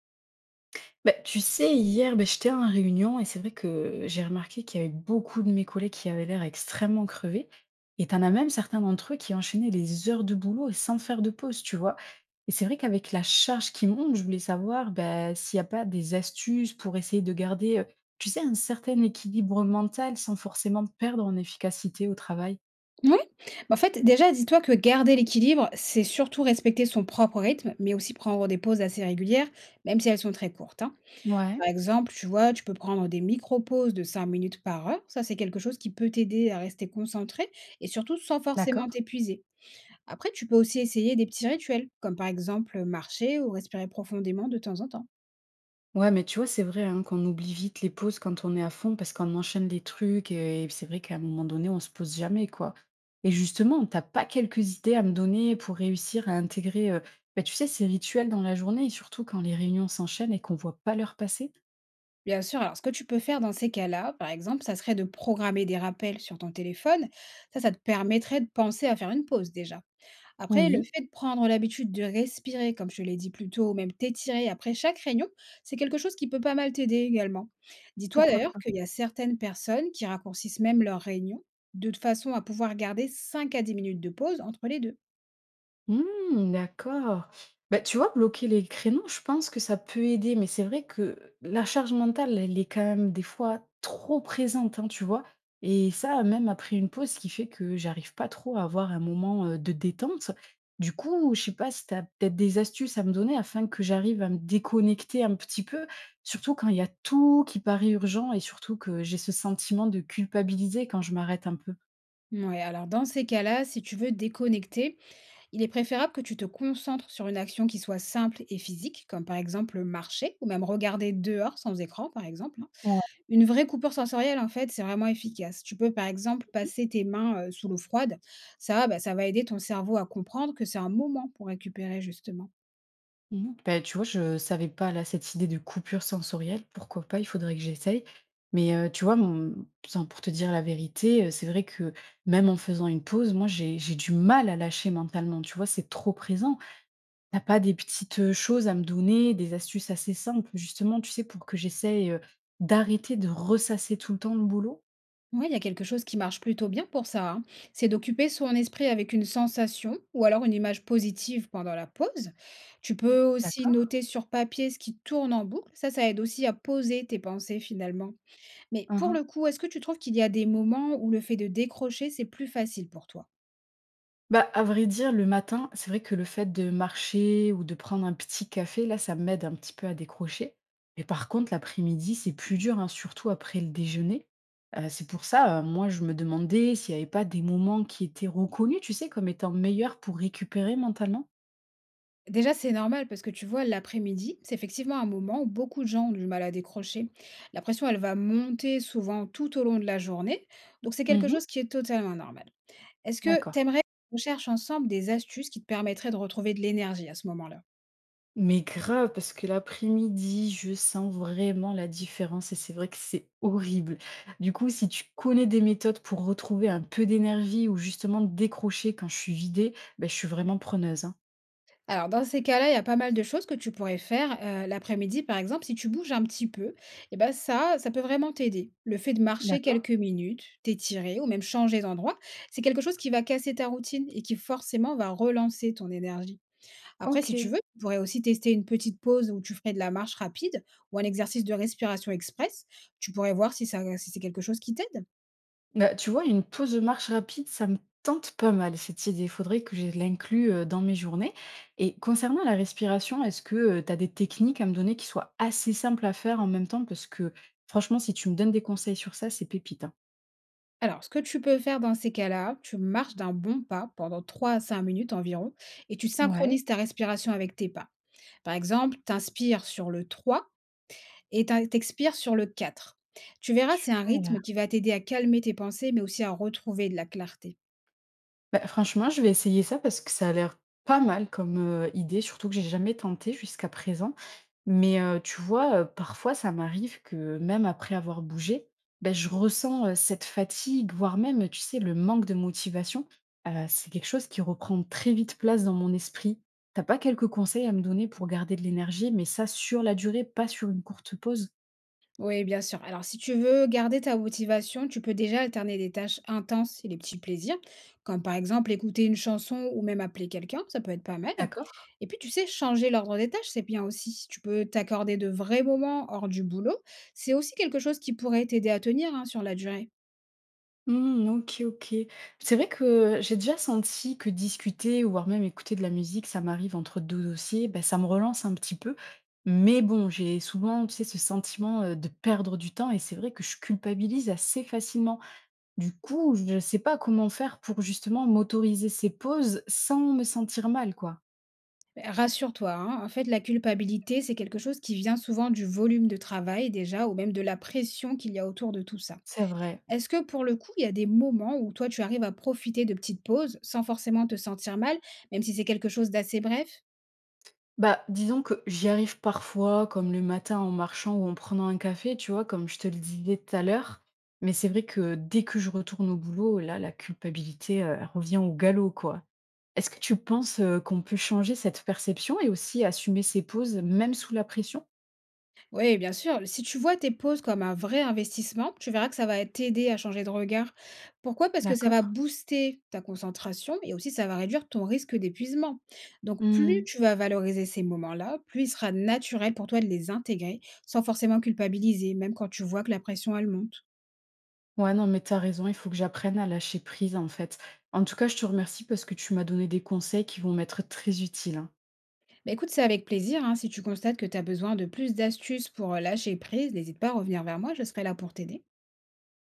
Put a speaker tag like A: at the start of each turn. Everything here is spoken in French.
A: Bah, tu sais, hier, beh, j'étais en réunion et c'est vrai que j'ai remarqué qu'il y avait beaucoup de mes collègues qui avaient l'air extrêmement crevés. Et t'en as même certains d'entre eux qui enchaînaient les heures de boulot et sans faire de pause, tu vois. Et c'est vrai qu'avec la charge qui monte, je voulais savoir bah, s'il n'y a pas des astuces pour essayer de garder, tu sais, un certain équilibre mental sans forcément perdre en efficacité au travail.
B: Oui. en fait, déjà, dis-toi que garder l'équilibre, c'est surtout respecter son propre rythme, mais aussi prendre des pauses assez régulières, même si elles sont très courtes, hein.
A: Ouais,
B: Par exemple, tu vois, tu peux prendre des micro-pauses de 5 minutes par heure. Ça, c'est quelque chose qui peut t'aider à rester concentré et surtout sans forcément
A: d'accord.
B: t'épuiser. Après, tu peux aussi essayer des petits rituels, comme par exemple marcher ou respirer profondément de temps en temps.
A: Ouais, mais tu vois, c'est vrai, hein, qu'on oublie vite les pauses quand on est à fond parce qu'on enchaîne les trucs et c'est vrai qu'à un moment donné, on se pose jamais, quoi. Et justement, t'as pas quelques idées à me donner pour réussir à intégrer, bah, tu sais, ces rituels dans la journée et surtout quand les réunions s'enchaînent et qu'on voit pas l'heure passer?
B: Bien sûr, alors ce que tu peux faire dans ces cas-là, par exemple, ça serait de programmer des rappels sur ton téléphone. Ça te permettrait de penser à faire une pause déjà. Après, le
A: Oui,
B: fait de prendre l'habitude de respirer, comme je l'ai dit plus tôt, ou même t'étirer après chaque réunion, c'est quelque chose qui peut pas mal t'aider également. Dis-toi
A: pourquoi
B: d'ailleurs
A: pas?
B: qu'il y a certaines personnes qui raccourcissent même leurs réunions de façon à pouvoir garder 5 à 10 minutes de pause entre les deux.
A: Mmh, d'accord. Bah, tu vois, bloquer les créneaux, je pense que ça peut aider, mais c'est vrai que la charge mentale, elle est quand même des fois trop présente, hein, tu vois. Et ça, même après une pause, ce qui fait que j'arrive pas trop à avoir un moment de détente. Du coup, je sais pas si tu as peut-être des astuces à me donner afin que j'arrive à me déconnecter un petit peu, surtout quand il y a tout qui paraît urgent et surtout que j'ai ce sentiment de culpabiliser quand je m'arrête un peu.
B: Ouais, alors dans ces cas-là, si tu veux déconnecter, il est préférable que tu te concentres sur une action qui soit simple et physique, comme par exemple marcher ou même regarder dehors sans écran, par exemple. Hein.
A: Ouais.
B: Une vraie coupure sensorielle, en fait, c'est vraiment efficace. Tu peux, par exemple, passer tes mains, sous l'eau froide. Ça, bah, ça va aider ton cerveau à comprendre que c'est un moment pour récupérer, justement.
A: Mmh. Bah, tu vois, je savais pas là, cette idée de coupure sensorielle, pourquoi pas, il faudrait que j'essaye. Mais tu vois, mon enfin, pour te dire la vérité, c'est vrai que même en faisant une pause, moi j'ai du mal à lâcher mentalement, tu vois? C'est trop présent. T'as pas des petites, choses à me donner, des astuces assez simples justement, tu sais, pour que j'essaye, d'arrêter de ressasser tout le temps le boulot?
B: Oui, il y a quelque chose qui marche plutôt bien pour ça, hein. C'est d'occuper son esprit avec une sensation ou alors une image positive pendant la pause. Tu
A: Mmh.
B: peux aussi
A: D'accord.
B: noter sur papier ce qui tourne en boucle. Ça aide aussi à poser tes pensées, finalement. Mais pour
A: Mmh.
B: le coup, est-ce que tu trouves qu'il y a des moments où le fait de décrocher, c'est plus facile pour toi?
A: Bah, à vrai dire, le matin, c'est vrai que le fait de marcher ou de prendre un petit café, là, ça m'aide un petit peu à décrocher. Mais par contre, l'après-midi, c'est plus dur, hein, surtout après le déjeuner. C'est pour ça, moi, je me demandais s'il n'y avait pas des moments qui étaient reconnus, tu sais, comme étant meilleurs pour récupérer mentalement.
B: Déjà, c'est normal parce que tu vois, l'après-midi, c'est effectivement un moment où beaucoup de gens ont du mal à décrocher. La pression, elle va monter souvent tout au long de la journée. Donc, c'est quelque
A: Mhm,
B: chose qui est totalement normal. Est-ce que tu
A: d'accord.
B: aimerais qu'on cherche ensemble des astuces qui te permettraient de retrouver de l'énergie à ce moment-là?
A: Mais grave, parce que l'après-midi, je sens vraiment la différence et c'est vrai que c'est horrible. Du coup, si tu connais des méthodes pour retrouver un peu d'énergie ou justement décrocher quand je suis vidée, ben je suis vraiment preneuse, hein.
B: Alors, dans ces cas-là, il y a pas mal de choses que tu pourrais faire l'après-midi, par exemple, si tu bouges un petit peu, et ben ça peut vraiment t'aider. Le fait de marcher
A: D'accord.
B: quelques minutes, t'étirer ou même changer d'endroit, c'est quelque chose qui va casser ta routine et qui forcément va relancer ton énergie. Après,
A: Ok.
B: si tu veux, tu pourrais aussi tester une petite pause où tu ferais de la marche rapide ou un exercice de respiration express. Tu pourrais voir si ça, si c'est quelque chose qui t'aide.
A: Bah, tu vois, une pause de marche rapide, ça me tente pas mal cette idée. Il faudrait que je l'inclue dans mes journées. Et concernant la respiration, est-ce que tu as des techniques à me donner qui soient assez simples à faire en même temps? Parce que franchement, si tu me donnes des conseils sur ça, c'est pépite, hein.
B: Alors, ce que tu peux faire dans ces cas-là, tu marches d'un bon pas pendant 3 à 5 minutes environ et tu
A: Ouais.
B: synchronises ta respiration avec tes pas. Par exemple, t'inspires sur le 3. Et tu in sur le 4. Tu verras, c'est un
A: Super.
B: rythme qui va t'aider à calmer tes pensées, mais aussi à retrouver de la clarté.
A: Bah, franchement, je vais essayer ça parce que ça a l'air pas mal comme, idée, surtout que j'ai jamais tenté jusqu'à présent. Mais, tu vois, parfois ça m'arrive que même après avoir bougé, ben je ressens, cette fatigue, voire même, tu sais, le manque de motivation. C'est quelque chose qui reprend très vite place dans mon esprit. T'as pas quelques conseils à me donner pour garder de l'énergie, mais ça sur la durée, pas sur une courte pause?
B: Oui, bien sûr. Alors, si tu veux garder ta motivation, tu peux déjà alterner des tâches intenses et les petits plaisirs, comme par exemple écouter une chanson ou même appeler quelqu'un, ça peut être pas mal.
A: D'accord.
B: Et puis, tu sais, changer l'ordre des tâches, c'est bien aussi. Si tu peux t'accorder de vrais moments hors du boulot. C'est aussi quelque chose qui pourrait t'aider à tenir hein, sur la durée.
A: Mmh, OK, OK. C'est vrai que j'ai déjà senti que discuter, ou voire même écouter de la musique, ça m'arrive entre 2 dossiers, ben ça me relance un petit peu. Mais bon, j'ai souvent, tu sais, ce sentiment, de perdre du temps et c'est vrai que je culpabilise assez facilement. Du coup, je ne sais pas comment faire pour justement m'autoriser ces pauses sans me sentir mal, quoi.
B: Rassure-toi, hein, en fait, la culpabilité, c'est quelque chose qui vient souvent du volume de travail déjà, ou même de la pression qu'il y a autour de tout ça.
A: C'est vrai.
B: Est-ce que pour le coup, il y a des moments où toi, tu arrives à profiter de petites pauses sans forcément te sentir mal, même si c'est quelque chose d'assez bref?
A: Bah, disons que j'y arrive parfois, comme le matin en marchant ou en prenant un café, tu vois, comme je te le disais tout à l'heure. Mais c'est vrai que dès que je retourne au boulot, là, la culpabilité, elle revient au galop, quoi. Est-ce que tu penses qu'on peut changer cette perception et aussi assumer ses pauses, même sous la pression?
B: Oui, bien sûr. Si tu vois tes pauses comme un vrai investissement, tu verras que ça va t'aider à changer de regard. Pourquoi? Parce que ça
A: D'accord.
B: va booster ta concentration et aussi ça va réduire ton risque d'épuisement. Donc, plus
A: Hmm.
B: tu vas valoriser ces moments-là, plus il sera naturel pour toi de les intégrer sans forcément culpabiliser, même quand tu vois que la pression, elle monte.
A: Ouais, non, mais t'as raison, il faut que j'apprenne à lâcher prise, en fait. En tout cas, je te remercie parce que tu m'as donné des conseils qui vont m'être très utiles, hein.
B: Bah, écoute, c'est avec plaisir, hein. Si tu constates que tu as besoin de plus d'astuces pour lâcher prise, n'hésite pas à revenir vers moi, je serai là pour t'aider.